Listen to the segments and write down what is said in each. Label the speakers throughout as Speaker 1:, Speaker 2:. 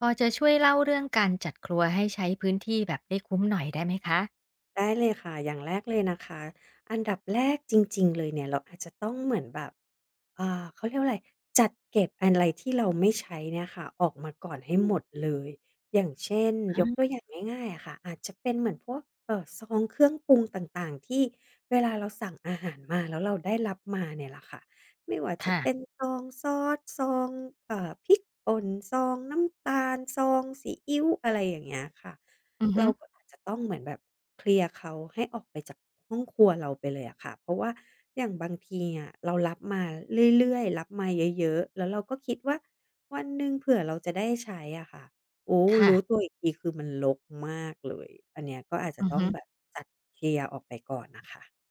Speaker 1: พอจะช่วยเล่าเรื่องการจัดครัวให้ใช้พื้นที่แบบได้คุ้มหน่อยได้ไหมคะ
Speaker 2: ได้เลยค่ะอย่างแรกเลยนะคะอันดับแรกจริงๆเลยเนี่ยเราอาจจะต้องเหมือนแบบเขาเรียกว่าอะไรจัดเก็บอะไรที่เราไม่ใช้เนี่ยค่ะออกมาก่อนให้
Speaker 1: อื
Speaker 2: หม
Speaker 1: ม
Speaker 2: ดเลยอย่างเช่นยกตัวอ
Speaker 1: อา
Speaker 2: ย่างง่ายๆอะค่ะอาจจะเป็นเหมือนพวกซองเครื่องปรุงต่างๆที่เวลาเราสั่งอาหารมาแล้วเราได้รับมาเนี่ยแหละค่ะไม่ว่าจะเป็น
Speaker 1: ค่ะ
Speaker 2: ซองซอสซองพริกป่นซองน้ำตาลซองซีอิ๊วอะไรอย่างเงี้ยค่ะ
Speaker 1: อือฮึ
Speaker 2: เราก็อาจจะต้องเหมือนแบบเคลียร์เขาให้ออกไปจากห้องครัวเราไปเลยอะค่ะเพราะว่าอย่างบางทีอะเรารับมาเรื่อยๆรับมาเยอะๆแล้วเราก็คิดว่าวันหนึ่งเผื่อเราจะได้ใช้อะค่ะโอ้
Speaker 1: ค่ะ
Speaker 2: รู้ตัวอีกทีคือมันรกมากเลยอันเนี้ยก็อาจจะ
Speaker 1: อือ
Speaker 2: ต้อง
Speaker 1: ฮึ
Speaker 2: แบบจัดเคลียร์ออกไปก่อนนะคะ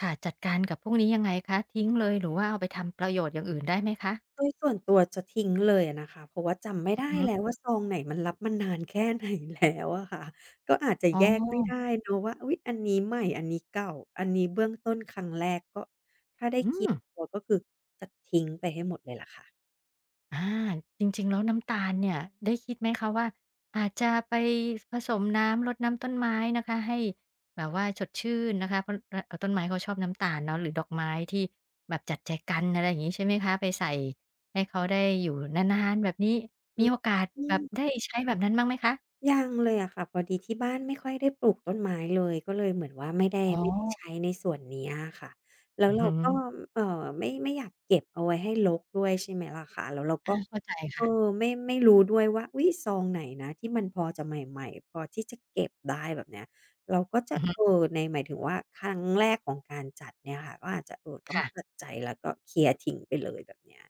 Speaker 1: ค่ะ จัดการกับพวกนี้ยังไงคะ ทิ้งเลยหรือว่าเอาไปทำประโยชน์อย่างอื่นได้ไหมคะ
Speaker 2: โดยส่วนตัวจะทิ้งเลยอะนะคะเพราะว่าจำไม่
Speaker 1: อือ
Speaker 2: ได้
Speaker 1: ฮึ
Speaker 2: แล้วว่าซองไหนมันรับมานานแค่ไหนแล้วอะค่ะก็อาจจะ
Speaker 1: อ๋อ
Speaker 2: แยกไม่ได้เนาะว่าอุ๊ยอันนี้ใหม่อันนี้เก่าอันนี้เบื้องต้นครั้งแรกก็ถ้าได้
Speaker 1: อื
Speaker 2: เคลีย
Speaker 1: ม
Speaker 2: ร์ตัวก็คือจะทิ้งไปให้หมดเลยล่ะค่ะ
Speaker 1: อาจริงๆแล้วน้ำตาลเนี่ยได้คิดไหมคะว่าอาจจะไปผสมน้ำรดน้ำต้นไม้นะคะให้แบบว่าสดชื่นนะคะเพราะรต้นไม้เขาชอบน้ำตาลเนาะหรือดอกไม้ที่แบบจัดแจกันอะไรอย่างงี้ใช่ไหมคะไปใส่ให้เขาได้อยู่นานๆแบบนี้
Speaker 2: อื
Speaker 1: มี
Speaker 2: อ
Speaker 1: โอกาส
Speaker 2: อื
Speaker 1: แบบ
Speaker 2: ม
Speaker 1: ได้ใช้แบบนั้นบ้างไหมคะ
Speaker 2: ยังเลยอะค่ะพอดีที่บ้านไม่ค่อยได้ปลูกต้นไม้เลยก็เลยเหมือนว่าไม่ได้
Speaker 1: อ๋อ
Speaker 2: ไม่ได้ใช้ในส่วนเนี้ยอะค่ะแล้ว
Speaker 1: อือ
Speaker 2: เรา
Speaker 1: ฮึ
Speaker 2: ก็เอ่อไม่อยากเก็บเอาไว้ให้รกด้วยใช่ไหมล่ะคะแล้วเรา
Speaker 1: อา
Speaker 2: ก็
Speaker 1: เข้าใจ
Speaker 2: เออ
Speaker 1: ค่ะ
Speaker 2: ไม่รู้ด้วยว่าอุ๊ยซองไหนนะที่มันพอจะใหม่ๆพอที่จะเก็บได้แบบเนี้ยเราก็จะ
Speaker 1: อือฮึ
Speaker 2: เออในหมายถึงว่าครั้งแรกของการจัดเนี่ยค่ะก็อาจจะเออต้องตั
Speaker 1: ค่ะ
Speaker 2: ดใจแล้วก็เคลียร์ทิ้งไปเลยแบบเนี้ย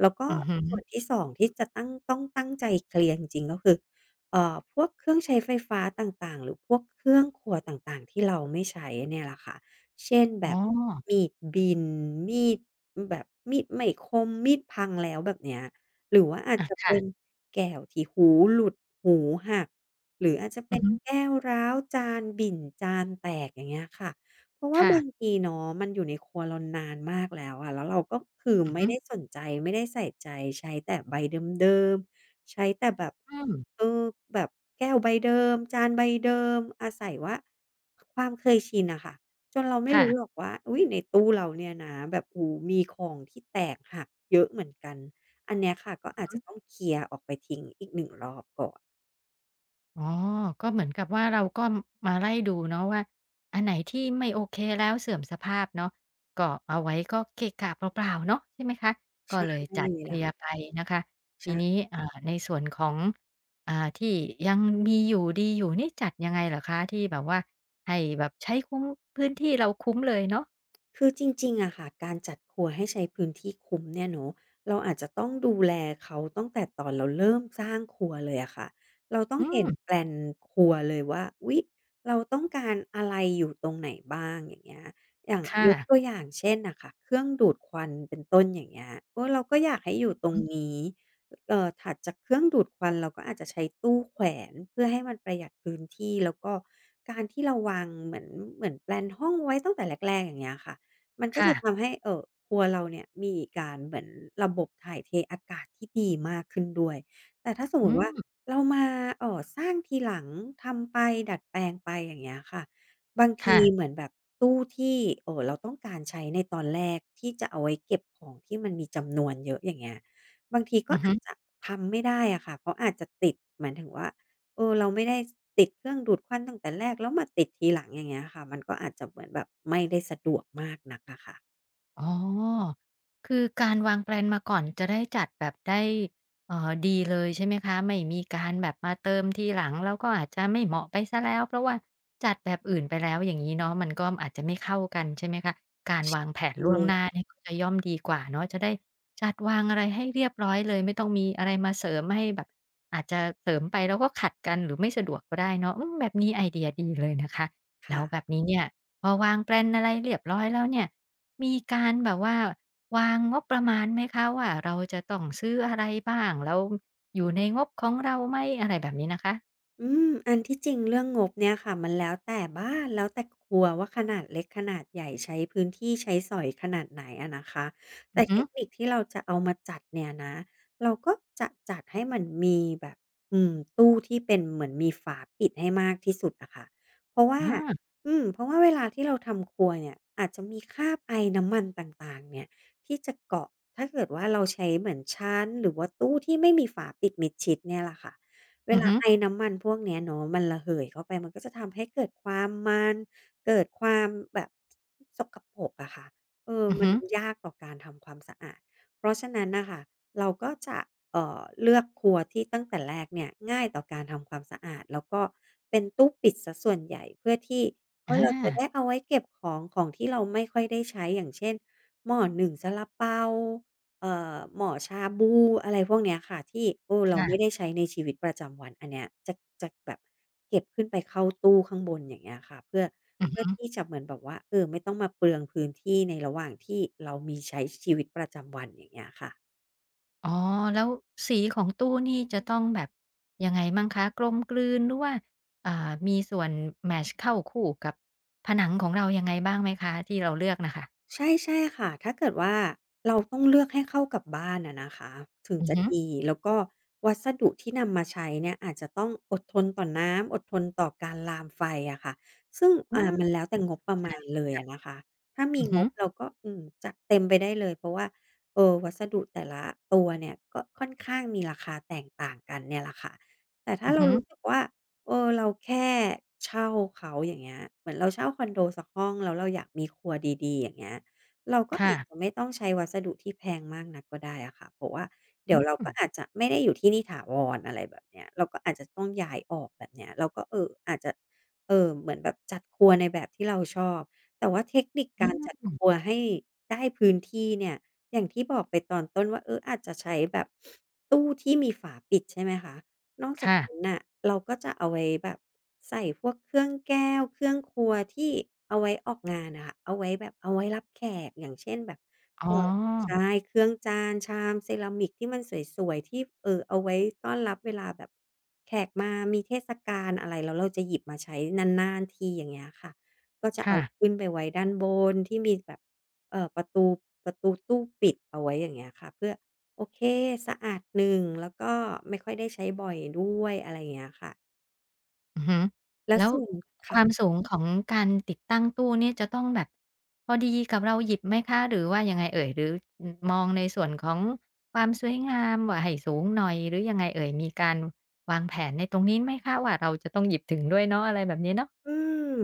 Speaker 2: แล้วก็
Speaker 1: อือฮึ
Speaker 2: ส่วนที่สองที่จะตั้งต้องตั้งใจเคลียร์จริงๆก็คือ พวกเครื่องใช้ไฟฟ้าต่างๆหรือพวกเครื่องครัวต่างๆที่เราไม่ใช้เนี่ยแหละค่ะเช่นแบ
Speaker 1: อ๋อ
Speaker 2: บมีดบินมีดแบบมีดไม่คมมีดพังแล้วแบบเนี้ยหรือว่าอาจ
Speaker 1: อา
Speaker 2: จะเป็น
Speaker 1: ค่ะ
Speaker 2: แก้วที่หูหลุดหูหักหรืออาจจะเป็
Speaker 1: อือ
Speaker 2: น
Speaker 1: ฮึ
Speaker 2: แก้วร้าวจานบิ่นจานแตกอย่างเงี้ยค่ะเพราะว่า
Speaker 1: ค่ะ
Speaker 2: บางทีเนาะมันอยู่ในครัวเรานานมากแล้วอะแล้วเราก็คือ
Speaker 1: อือ
Speaker 2: ไม่
Speaker 1: ฮึ
Speaker 2: ได้สนใจไม่ได้ใส่ใจใช้แต่ใบเดิมๆ ใช้แต่แบบ
Speaker 1: อื
Speaker 2: เอ
Speaker 1: ม
Speaker 2: อแบบแก้วใบเดิมจานใบเดิมอาศัยว่าความเคยชินอะค่ะจนเราไม่รู้หรอก
Speaker 1: ค่ะ
Speaker 2: ว่าอุ๊ยในตู้เราเนี่ยนะแบบโอ้โฮมีของที่แตกหักเยอะเหมือนกันอันเนี้ยค่ะก็อาจจะต้องเคลียร์ออกไปทิ้งอีกหนึ่งรอบก่อน
Speaker 1: อ๋อก็เหมือนกับว่าเราก็มาไล่ดูเนาะว่าอันไหนที่ไม่โอเคแล้วเสื่อมสภาพเนาะก็เอาไว้ก็เกะกะเปล่าๆเนาะใช่ไหมคะก็
Speaker 2: ใช่
Speaker 1: เลย
Speaker 2: เล
Speaker 1: จัด
Speaker 2: ย
Speaker 1: เคลี
Speaker 2: ล่ะ
Speaker 1: ยร์ไปนะคะทีนี้
Speaker 2: ใช่
Speaker 1: อ่าในส่วนของอ่าที่ยังมีอยู่ดีอยู่นี่จัดยังไงเหรอคะที่แบบว่าให้แบบใช้คุ้มพื้นที่เราคุ้มเลยเนาะ
Speaker 2: คือจริงๆอะค่ะการจัดครัวให้ใช้พื้นที่คุ้มเนี่ยเนาะเราอาจจะต้องดูแลเขาตั้งแต่ตอนเราเริ่มสร้างครัวเลยอะค่ะเราต้อง
Speaker 1: อื
Speaker 2: เห็
Speaker 1: ม
Speaker 2: นแพลนครัวเลยว่าอุ๊ยเราต้องการอะไรอยู่ตรงไหนบ้างอย่างเงี้ยอย่าง
Speaker 1: ค่ะ
Speaker 2: ยกตัวอย่างเช่นน่ะค่ะเครื่องดูดควันเป็นต้นอย่างเงี้ยเออเราก็อยากให้อยู่
Speaker 1: อื
Speaker 2: ต
Speaker 1: อ
Speaker 2: รง
Speaker 1: ฮึ
Speaker 2: นี้ถัดจากเครื่องดูดควันเราก็อาจจะใช้ตู้แขวนเพื่อให้มันประหยัดพื้นที่แล้วก็การที่เราวางเหมือนแพลนห้องไว้ตั้งแต่แรกๆอย่างเงี้ยค่ะ มันก็
Speaker 1: ค่ะ
Speaker 2: จะทำให้ครัวเราเนี่ยมีการเหมือนระบบถ่ายเทอากาศที่ดีมากขึ้นด้วยแต่ถ้าสม
Speaker 1: อื
Speaker 2: มุติว่า
Speaker 1: ม
Speaker 2: เรามาสร้างทีหลังทำไปดัดแปลงไปอย่างเงี้ยค่ะบางที
Speaker 1: ค่ะ
Speaker 2: เหมือนแบบตู้ที่เราต้องการใช้ในตอนแรกที่จะเอาไว้เก็บของที่มันมีจำนวนเยอะอย่างเงี้ยบางทีก็
Speaker 1: อือฮึ
Speaker 2: อาจจะทำไม่ได้อะค่ะเพราะอาจจะติดหมายถึงว่า เออเราไม่ได้ติดเครื่องดูดควันตั้งแต่แรกแล้วมาติดทีหลังอย่างเงี้ยค่ะมันก็อาจจะเหมือนแบบไม่ได้สะดวกมากนักอะค่ะ
Speaker 1: อ๋อคือการวางแพลนมาก่อนจะได้จัดแบบได้ดีเลยใช่ไหมคะไม่มีการแบบมาเติมทีหลังแล้วก็อาจจะไม่เหมาะไปเสียแล้วเพราะว่าจัดแบบอื่นไปแล้วอย่างงี้เนาะมันก็อาจจะไม่เข้ากันใช่ไหมคะการวางแผนล่
Speaker 2: เล
Speaker 1: วง
Speaker 2: ย
Speaker 1: หน้าเนี่ยก็จะย่อมดีกว่าเนาะจะได้จัดวางอะไรให้เรียบร้อยเลยไม่ต้องมีอะไรมาเสริมให้แบบอาจจะเสริมไปแล้วก็ขัดกันหรือไม่สะดวกก็ได้เนาะอืมแบบนี้ไอเดียดีเลยนะคะแล้
Speaker 2: ค่ะ
Speaker 1: วแบบนี้เนี่ย พอวางแปลนอะไรเรียบร้อยแล้วเนี่ย มีการแบบว่าวางงบประมาณไหมคะว่าเราจะต้องซื้ออะไรบ้างแล้วอยู่ในงบของเราไหมอะไรแบบนี้นะคะ
Speaker 2: อันที่จริงเรื่องงบเนี่ยค่ะมันแล้วแต่บ้านแล้วแต่ครัวว่าขนาดเล็กขนาดใหญ่ใช้พื้นที่ใช้สอยขนาดไหนอะนะคะแต่
Speaker 1: อือ
Speaker 2: เท
Speaker 1: ฮึ
Speaker 2: คนิคที่เราจะเอามาจัดเนี่ยนะเราก็จะจัดให้มันมีแบบตู้ที่เป็นเหมือนมีฝาปิดให้มากที่สุดอะค่ะเพราะว่า
Speaker 1: อา
Speaker 2: เพราะว่าเวลาที่เราทำครัวเนี่ยอาจจะมีคราบไอน้ำมันต่างๆเนี่ยที่จะเกาะถ้าเกิดว่าเราใช้เหมือนชั้นหรือว่าตู้ที่ไม่มีฝาปิดมิดชิดเนี่ยล่ะค่ะ เว
Speaker 1: อือ
Speaker 2: ลา
Speaker 1: ฮึ
Speaker 2: ไอน้ำมันพวกเนี้ยเนาะมันระเหยเข้าไปมันก็จะทำให้เกิดความมันเกิดความแบบสกปรกอะค่ะเออ
Speaker 1: อือ
Speaker 2: มัน
Speaker 1: ฮึ
Speaker 2: ยากต่อการทำความสะอาดเพราะฉะนั้นน่ะค่ะเราก็จะเลือกครัวที่ตั้งแต่แรกเนี่ยง่ายต่อการทำความสะอาดแล้วก็เป็นตู้ปิดเสียส่วนใหญ่เพื่อที่
Speaker 1: อ
Speaker 2: เฮ้ยเราจะ
Speaker 1: า
Speaker 2: ได้เอาไว้เก็บของของที่เราไม่ค่อยได้ใช้อย่างเช่นหม้อนึ่งซาลาเปา เอ่อหม่อชาบูอะไรพวกเนี้ยค่ะที่เออเราไม่ได้
Speaker 1: ค่ะ
Speaker 2: ใช้ในชีวิตประจำวันอันเนี้ยจะแบบเก็บขึ้นไปเข้าตู้ข้างบนอย่างเงี้ยค่ะเพื่อ
Speaker 1: อือ
Speaker 2: เพื่อ
Speaker 1: ฮึ
Speaker 2: ที่จะเหมือนแบบว่าเออไม่ต้องมาเปลืองพื้นที่ในระหว่างที่เรามีใช้ชีวิตประจำวันอย่างเงี้ยค่ะ
Speaker 1: อ๋อแล้วสีของตู้นี่จะต้องแบบยังไงมั่งคะกลมกลืนหรือว่าอ่ามีส่วนแมตช์เข้าคู่กับผนังของเรายังไงบ้างไหมคะที่เราเลือกน่ะค่ะ
Speaker 2: ใช่ใช่ค่ะถ้าเกิดว่าเราต้องเลือกให้เข้ากับบ้านอะนะคะถึง
Speaker 1: อือ
Speaker 2: จะ
Speaker 1: ฮึ
Speaker 2: ดี แล้วก็วัสดุที่นำมาใช้เนี่ยอาจจะต้องอดทนต่อน้ำอดทนต่อการลามไฟอะค่ะซึ่ง
Speaker 1: อา
Speaker 2: มันแล้วแต่ง
Speaker 1: น่า
Speaker 2: บ
Speaker 1: ส
Speaker 2: ป
Speaker 1: น
Speaker 2: ระมาณ
Speaker 1: ใจ
Speaker 2: เลยอะนะคะถ้ามี
Speaker 1: อือ
Speaker 2: ง
Speaker 1: ฮึ
Speaker 2: บเราก็จัดเต็มไปได้เลยเพราะว่าวัสดุแต่ละตัวเนี่ยก็ค่อนข้างมีราคาแตกต่างกันเนี่ยแหละค่ะแต่ถ้า
Speaker 1: อือ
Speaker 2: เรา
Speaker 1: ฮึ
Speaker 2: รู้สึกว่า เออเราแค่เช่าเขาอย่างเงี้ยเหมือนเราเช่าคอนโดสักห้องแล้วเราอยากมีครัวดีๆอย่างเงี้ยเราก็อาจจะ
Speaker 1: ค่ะ
Speaker 2: ไม่ต้องใช้วัสดุที่แพงมากนักก็ได้อะค่ะเพราะว่าเดี๋ยวเรา
Speaker 1: อืม
Speaker 2: ก็อาจจะไม่ได้อยู่ที่นี่ถาวรอะไรแบบเนี้ยเราก็อาจจะต้องย้ายออกแบบเนี้ยเราก็อาจจะเหมือนแบบจัดครัวในแบบที่เราชอบแต่ว่าเทคนิค
Speaker 1: อื
Speaker 2: การจัด
Speaker 1: ม
Speaker 2: ครัวให้ได้พื้นที่เนี่ยอย่างที่บอกไปตอนต้นว่าเอออาจจะใช้แบบตู้ที่มีฝาปิดใช่ไหมคะ นอกจากนั้น
Speaker 1: ค่ะ
Speaker 2: น่ะเราก็จะเอาไว้แบบใส่พวกเครื่องแก้วเครื่องครัวที่เอาไว้ออกงานอะค่ะเอาไว้แบบเอาไว้รับแขกอย่างเช่นแบบ
Speaker 1: อ๋อ
Speaker 2: เอ่อใช่เครื่องจานชามเซรามิกที่มันสวยๆที่เอาไว้ต้อนรับเวลาแบบแขกมามีเทศกาลอะไรแล้วเราจะหยิบมาใช้นานๆทีอย่างเงี้ยค่ะก็จะเอา
Speaker 1: ค่ะ
Speaker 2: ขึ้นไปไว้ด้านบนที่มีแบบประตูตู้ปิดเอาไว้อย่างเงี้ยค่ะเพื่อ โอเคสะอาดหนึ่งแล้วก็ไม่ค่อยได้ใช้บ่อยด้วยอะไรอย่างเงี้ยค่ะ
Speaker 1: อือฮึ
Speaker 2: แล้ว
Speaker 1: แล้ว
Speaker 2: ส่วน
Speaker 1: ความ
Speaker 2: ค่ะ
Speaker 1: สูงของการติดตั้งตู้เนี่ยจะต้องแบบพอดีกับเราหยิบไหมคะหรือว่ายังไงเอ่ยหรืออือมองในส่วนของความสวยงามว่าให้สูงหน่อยหรือยังไงเอ่ยมีการวางแผนในตรงนี้ไหมคะว่าเราจะต้องหยิบถึงด้วยเนาะอะไรแบบนี้เนาะ
Speaker 2: อืม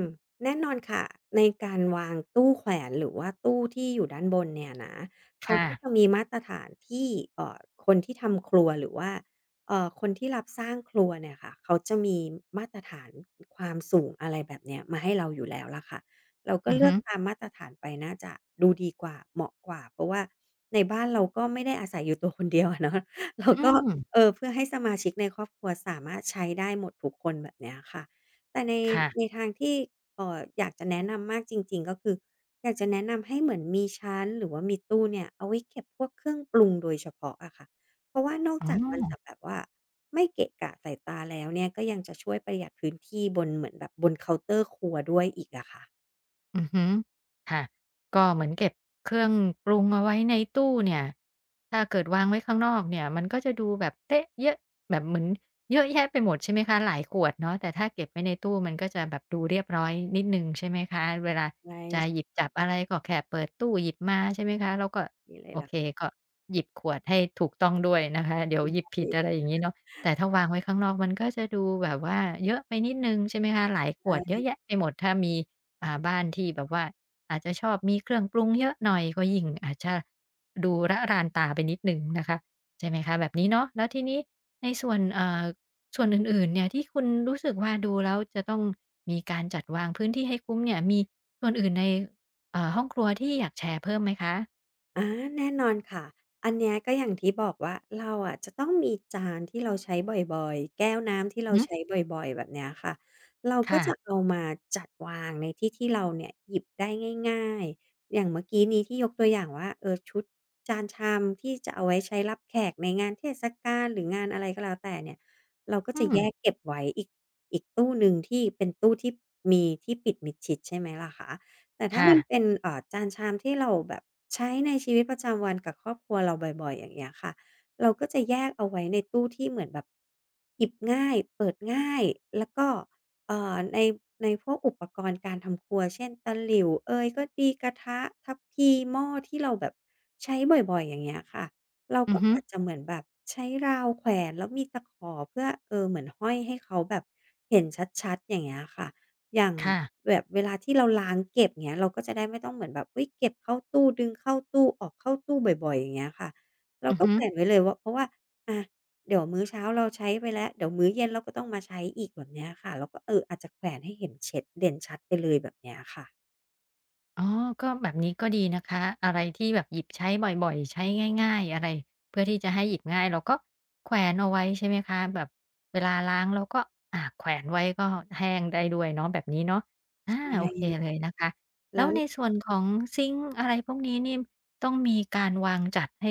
Speaker 2: แน่นอนค่ะในการวางตู้แขวนหรือว่าตู้ที่อยู่ด้านบนเนี่ยนะเขา
Speaker 1: ค่ะ
Speaker 2: ก็จะมีมาตรฐานที่เอ่อคนที่ทำครัวหรือว่าคนที่รับสร้างครัวเนี่ยค่ะเขาจะมีมาตรฐานความสูงอะไรแบบเนี้ยมาให้เราอยู่แล้วล่ะค่ะเราก็
Speaker 1: อือ
Speaker 2: เลือ
Speaker 1: ฮึ
Speaker 2: กตามมาตรฐานไปน่าจะดูดีกว่าเหมาะกว่าเพราะว่าในบ้านเราก็ไม่ได้อาศัยอยู่ตัวคนเดียวอะเนาะ เรา
Speaker 1: อื
Speaker 2: ก็
Speaker 1: ม
Speaker 2: เพื่อให้สมาชิกในครอบครัวสามารถใช้ได้หมดทุกคนแบบเนี้ยค่ะ แต่ใน
Speaker 1: ค่ะ
Speaker 2: ทางที่อยากจะแนะนำมากจริงๆก็คืออยากจะแนะนำให้เหมือนมีชั้นหรือว่ามีตู้เนี่ยเอาไว้เก็บพวกเครื่องปรุงโดยเฉพาะอะค่ะเพราะว่านอก
Speaker 1: อ๋
Speaker 2: จากมันจะ
Speaker 1: อ
Speaker 2: แบบว่าไม่เกะกะสายตาแล้วเนี่ยก็ยังจะช่วยประหยัดพื้นที่บนเหมือนแบบบนเคาน์เตอร์ครัวด้วยอีกอะค่ะ
Speaker 1: อือฮึค่ะก็เหมือนเก็บเครื่องปรุงเอาไว้ในตู้เนี่ยถ้าเกิดวางไว้ข้างนอกเนี่ยมันก็จะดูแบบเตะเยอะแบบเหมือนเยอะแยะไปหมดใช่ไหมคะหลายขวดเนาะ แต่ถ้าเก็บไว้ในตู้มันก็จะแบบดูเรียบร้อยนิดนึงใช่ไหมคะ เวลาจะ
Speaker 2: ใช่
Speaker 1: หยิบจับอะไรก็แค่เปิดตู้หยิบมาใช่ไหมคะแล้วก็
Speaker 2: นี่เลย
Speaker 1: โอ
Speaker 2: ล่ะ
Speaker 1: เคก็หยิบขวดให้ถูกต้องด้วยนะคะ เดี๋ยว
Speaker 2: ค
Speaker 1: หยิบผิ
Speaker 2: ่ะ
Speaker 1: ดอะไรอย่างนี้เนาะแต่ถ้าวางไว้ข้างนอกมันก็จะดูแบบว่าเยอะไปนิดนึงใช่ไหมคะหลายขวดเย
Speaker 2: ใช่
Speaker 1: อะแยะไปหมดถ้ามี อ่าบ้านที่แบบว่าอาจจะชอบมีเครื่องปรุงเยอะหน่อยก็ยิ่งอาจจะดูระรานตาไปนิดหนึ่งนะคะใช่ไหมคะแบบนี้เนาะแล้วทีนี้ในส่วนส่วนอื่นๆเนี่ยที่คุณรู้สึกว่าดูแล้วจะต้องมีการจัดวางพื้นที่ให้คุ้มเนี่ยมีส่วนอื่นในห้องครัวที่อยากแชร์เพิ่มไหมคะ
Speaker 2: อาแน่นอนค่ะอันเนี้ยก็อย่างที่บอกว่าเราอะจะต้องมีจานที่เราใช้บ่อยๆแก้วน้ำที่
Speaker 1: อื
Speaker 2: เรา
Speaker 1: อฮึ
Speaker 2: ใช้บ่อยๆแบบเนี้ยค่ะเราก็จะ
Speaker 1: ค่ะ
Speaker 2: เอามาจัดวางในที่ที่เราเนี่ยหยิบได้ง่ายๆอย่างเมื่อกี้นี้ที่ยกตัวอย่างว่าเออชุดจานชามที่จะเอาไว้ใช้รับแขกในงานเทศกาลหรืองานอะไรก็แล้วแต่เนี่ยเราก็
Speaker 1: อื
Speaker 2: จะ
Speaker 1: ม
Speaker 2: แยกเก็บไว้อีกตู้หนึ่งที่เป็นตู้ที่มีที่ปิดมิดชิดใช่ไหมล่ะคะ แต่ถ้า
Speaker 1: ค่ะ
Speaker 2: มันเป็นจานชามที่เราแบบใช้ในชีวิตประจำวันกับครอบครัวเราบ่อยๆอย่างเงี้ยค่ะเราก็จะแยกเอาไว้ในตู้ที่เหมือนแบบหยิบง่ายเปิดง่ายแล้วก็ในพวกอุปกรณ์การทำครัวเช่นตะหลิ่วเอยก็ดีกระทะทัพพีหม้อที่เราแบบใช้บ่อยๆอย่างเงี้ยค่ะเรา
Speaker 1: อื
Speaker 2: ก็
Speaker 1: อฮึ
Speaker 2: อาจจะเหมือนแบบใช้ราวแขวนแล้วมีตะขอเพื่อเหมือนห้อยให้เขาแบบเห็นชัดๆอย่างเงี้ยค่ะอย่าง
Speaker 1: ค่ะ
Speaker 2: แบบเวลาที่เราล้างเก็บเงี้ยเราก็จะได้ไม่ต้องเหมือนแบบอุ๊ยเก็บเข้าตู้ดึงเข้าตู้ออกเข้าตู้บ่อยๆอย่างเงี้ยค่ะเรา
Speaker 1: อือ
Speaker 2: ก็
Speaker 1: ฮึ
Speaker 2: แขลนไว้เลยว่าเพราะว่าอาเดี๋ยวมื้อเช้าเราใช้ไปแล้วเดี๋ยวมื้อเย็นเราก็ต้องมาใช้อีกแบบเนี้ยค่ะเราก็อาจจะแขวนให้เห็นเช็ดเด่นชัดไปเลยแบบเนี้ยค่ะ
Speaker 1: อ๋อก็แบบนี้ก็ดีนะคะ อะไรที่แบบหยิบใช้บ่อยๆใช้ง่ายๆอะไร เพื่อที่จะให้หยิบง่าย เราก็แขวนเอาไว้ใช่ไหมคะ แบบเวลาล้างเราก็อ่าแขวนไว้ก็แห้งได้ด้วยเนาะแบบนี้เนาะอา
Speaker 2: ใช
Speaker 1: โอเคเล
Speaker 2: ่
Speaker 1: ยนะคะ แล้
Speaker 2: แล้
Speaker 1: ว
Speaker 2: ว
Speaker 1: ในส่วนของซิงก์อะไรพวกนี้นี่ต้องมีการวางจัดให้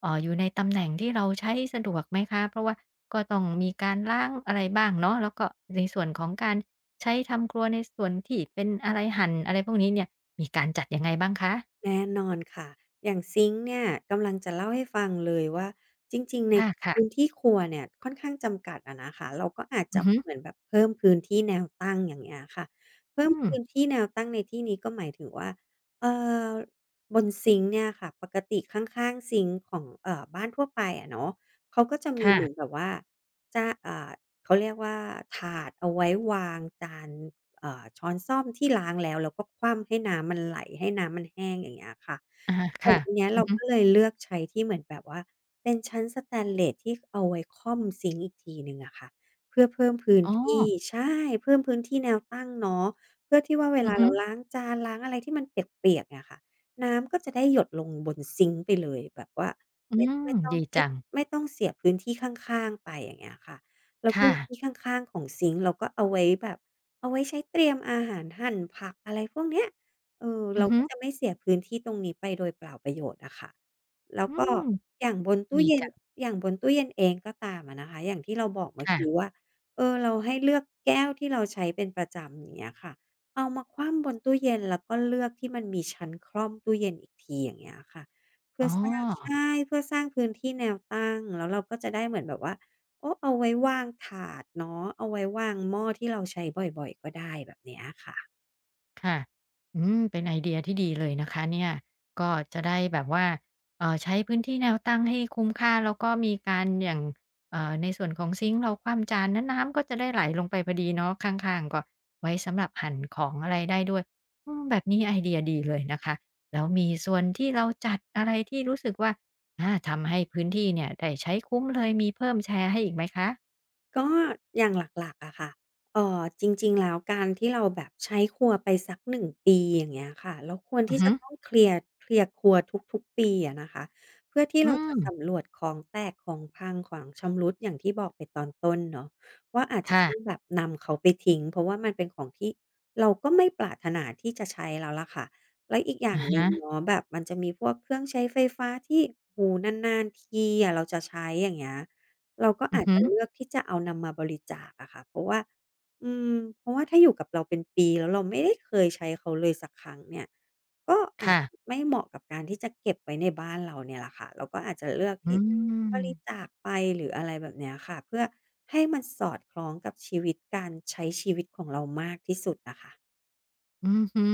Speaker 1: อยู่ในตำแหน่งที่เราใช้สะดวกไหมคะเพราะว่าก็ต้องมีการล้างอะไรบ้างเนาะแล้วก็ในส่วนของการ ใช้ทำครัวในส่วนที่เป็นอะไรหั่นอะไรพวกนี้เนี่ยมีการจัดยังไงบ้างคะ
Speaker 2: แน่นอนค่ะอย่างซิงค์เนี่ยกำลังจะเล่าให้ฟังเลยว่าจริงๆใน
Speaker 1: ค่ะ
Speaker 2: พื้
Speaker 1: ๆ
Speaker 2: นที่ครัวเนี่ยค่อนข้างจำกัดอะนะคะเราก็อาจ
Speaker 1: อื
Speaker 2: จะ
Speaker 1: อฮึ
Speaker 2: เหมือนแบบเพิ่มพื้นที่แนวตั้งอย่างเงี้ยค่ะเพิ่
Speaker 1: อื
Speaker 2: ม
Speaker 1: ม
Speaker 2: พื้นที่แนวตั้งในที่นี้ก็หมายถึงว่าเอ่อบนซิงค์เนี่ยค่ะปกติข้างๆซิงค์ของบ้านทั่วไปอะเนาะเขาก็จะมี
Speaker 1: ค่ะ
Speaker 2: เหมือนแบบว่าจะเขาเรียกว่าถาดเอาไว้วางจาน ช้อนส้อมที่ล้างแล้วแล้วก็คว่ำให้น้ำมันไหลให้น้ำมันแห้งอย่างเงี้ยค่ะ
Speaker 1: อะฮะ
Speaker 2: แต่
Speaker 1: ค่ะ
Speaker 2: ทีเนี้ย
Speaker 1: อื
Speaker 2: เรา
Speaker 1: อฮึ
Speaker 2: ก็เลยเลือกใช้ที่เหมือนแบบว่าเป็นชั้นสแตนเลสที่เอาไว้ค่อมซิงก์อีกทีหนึ่งอะค่ะเพื่อเพิ่มพื้น
Speaker 1: อ๋อ
Speaker 2: ที่ใช่เพิ่มพื้นที่แนวตั้งเนาะเพื่อที่ว่าเว
Speaker 1: อื
Speaker 2: ลา
Speaker 1: อฮึ
Speaker 2: เราล้างจานล้างอะไรที่มันเปียกๆอะค่ะน้ำก็จะได้หยดลงบนซิงก์ไปเลยแบบว่า
Speaker 1: อื
Speaker 2: ไม่
Speaker 1: ม
Speaker 2: ไม่ต้อง
Speaker 1: ดี
Speaker 2: ไม่
Speaker 1: จัง
Speaker 2: ไม่ต้องเสียพื้นที่ข้างๆไปอย่างเงี้ยค่ะแล้วพื้
Speaker 1: ค่ะ
Speaker 2: นที่ข้างๆของซิงก์เราก็เอาไว้แบบเอาไว้ใช้เตรียมอาหารหั่นผักอะไรพวกเนี้ย
Speaker 1: อื
Speaker 2: เรา
Speaker 1: อฮึ
Speaker 2: ก็จะไม่เสียพื้นที่ตรงนี้ไปโดยเปล่าประโยชน์อะค่ะแล้ว
Speaker 1: อื
Speaker 2: ก็
Speaker 1: ม
Speaker 2: อย่างบนตู้
Speaker 1: ดี
Speaker 2: เย็น
Speaker 1: จัง
Speaker 2: อย่างบนตู้เย็นเองก็ตามอะนะคะอย่างที่เราบอกเมื่อกี้
Speaker 1: ค่ะ
Speaker 2: ว่าเราให้เลือกแก้วที่เราใช้เป็นประจำอย่างเงี้ยค่ะเอามาคว่ำบนตู้เย็นแล้วก็เลือกที่มันมีชั้นคร่อมตู้เย็นอีกทีอย่างเงี้ยค่ะเพื่
Speaker 1: อ๋
Speaker 2: อ
Speaker 1: อ
Speaker 2: สร้างใช่เพื่อสร้างพื้นที่แนวตั้งแล้วเราก็จะได้เหมือนแบบว่าโอ้เอาไว้วางถาดเนาะเอาไว้วางหม้อที่เราใช้บ่อยๆก็ได้แบบเนี้ยค่ะ
Speaker 1: ค่ะอืมเป็นไอเดียที่ดีเลยนะคะเนี่ยก็จะได้แบบว่าใช้พื้นที่แนวตั้งให้คุ้มค่าแล้วก็มีการอย่างในส่วนของซิงค์เราคว่ำจานแล้วน้ำก็จะได้ไหลลงไปพอดีเนาะข้างๆก็ไว้สำหรับหั่นของอะไรได้ด้วยอืมแบบนี้ไอเดียดีเลยนะคะแล้วมีส่วนที่เราจัดอะไรที่รู้สึกว่าอาทำให้พื้นที่เนี่ยได้ใช้คุ้มเลยมีเพิ่มแชร์ให้อีกไหมคะ
Speaker 2: ก็อย่างหลักๆอะค่ะ จริงๆแล้วการที่เราแบบใช้ครัวไปสักหนึ่งปีอย่างเงี้ยค่ะเราควร
Speaker 1: อื
Speaker 2: ที่
Speaker 1: อฮึ
Speaker 2: จะต้องเคลียร์เคลียร์ครัวทุกๆปีอะนะคะเพื่อที่
Speaker 1: อื
Speaker 2: เราจะ
Speaker 1: ม
Speaker 2: สำรวจของแตกของพังของชำรุดอย่างที่บอกไปตอนต้นเนาะว่าอาจจะต้อง
Speaker 1: ค่ะ
Speaker 2: แบบนำเขาไปทิ้งเพราะว่ามันเป็นของที่เราก็ไม่ปรารถนาที่จะใช้แล้วล่ะค่ะแล้วอีกอย่าง
Speaker 1: อะ
Speaker 2: หนึ่ง
Speaker 1: ฮะ
Speaker 2: เนาะแบบมันจะมีพวกเครื่องใช้ไฟฟ้าที่โอ้โฮนานๆทีอะเราจะใช้อย่างเงี้ย เราก็
Speaker 1: อื
Speaker 2: อา
Speaker 1: อ
Speaker 2: จ
Speaker 1: ฮึ
Speaker 2: จะเลือกที่จะเอานำมาบริจาคอะค่ะเพราะว่าอืมเพราะว่าถ้าอยู่กับเราเป็นปีแล้วเราไม่ได้เคยใช้เขาเลยสักครั้งเนี่ยก็อาจ
Speaker 1: ค่ะ
Speaker 2: ไม่เหมาะกับการที่จะเก็บไว้ในบ้านเราเนี่ยแหละค่ะเราก็อาจจะเลือก
Speaker 1: อื
Speaker 2: ที่บ
Speaker 1: ม
Speaker 2: ริจาคไปหรืออะไรแบบเนี้ยค่ะเพื่อให้มันสอดคล้องกับชีวิตการใช้ชีวิตของเรามากที่สุดอะค่ะ
Speaker 1: อือฮึ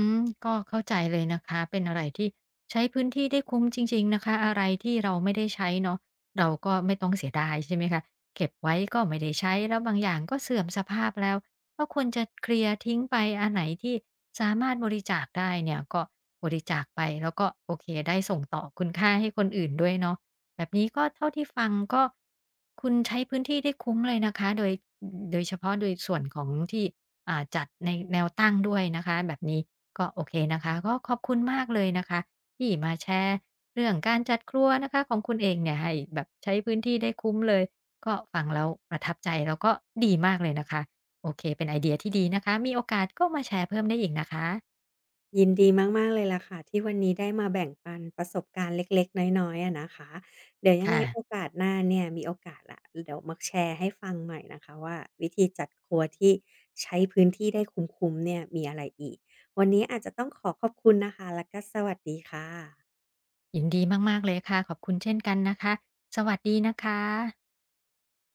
Speaker 1: ก็เข้าใจเลยนะคะเป็นอะไรที่ใช้พื้นที่ได้คุ้มจริงๆนะคะอะไรที่เราไม่ได้ใช้เนาะเราก็ไม่ต้องเสียดายใช่ไหมคะเก็บไว้ก็ไม่ได้ใช้แล้วบางอย่างก็เสื่อมสภาพแล้วก็ควรจะเคลียร์ทิ้งไปอันไหนที่สามารถบริจาคได้เนี่ยก็บริจาคไปแล้วก็โอเคได้ส่งต่อคุณค่าให้คนอื่นด้วยเนาะแบบนี้ก็เท่าที่ฟังก็คุณใช้พื้นที่ได้คุ้มเลยนะคะโดยโดยเฉพาะโดยส่วนของที่ อ่าจัดในแนวตั้งด้วยนะคะแบบนี้ก็โอเคนะคะก็ขอบคุณมากเลยนะคะที่มาแชร์เรื่องการจัดครัวนะคะของคุณเองเนี่ยให้แบบใช้พื้นที่ได้คุ้มเลยก็ฟังแล้วประทับใจแล้วก็ดีมากเลยนะคะโอเคเป็นไอเดียที่ดีนะคะมีโอกาสก็มาแชร์เพิ่มได้อีกนะคะ
Speaker 2: ยินดีมากๆเลยล่ะค่ะที่วันนี้ได้มาแบ่งปันประสบการณ์เล็กๆน้อยๆอะนะคะเดี๋ยวยังไง
Speaker 1: ค่ะ
Speaker 2: โอกาสหน้าเนี่ยมีโอกาสล่ะเดี๋ยวมาแชร์ให้ฟังใหม่นะคะว่าวิธีจัดครัวที่ใช้พื้นที่ได้คุ้มๆเนี่ยมีอะไรอีกวันนี้อาจจะต้องขอขอบคุณนะคะแล้วก็สวัสดีค่ะ
Speaker 1: ยินดีมากๆเลยค่ะขอบคุณเช่นกันนะคะสวัสดีนะคะ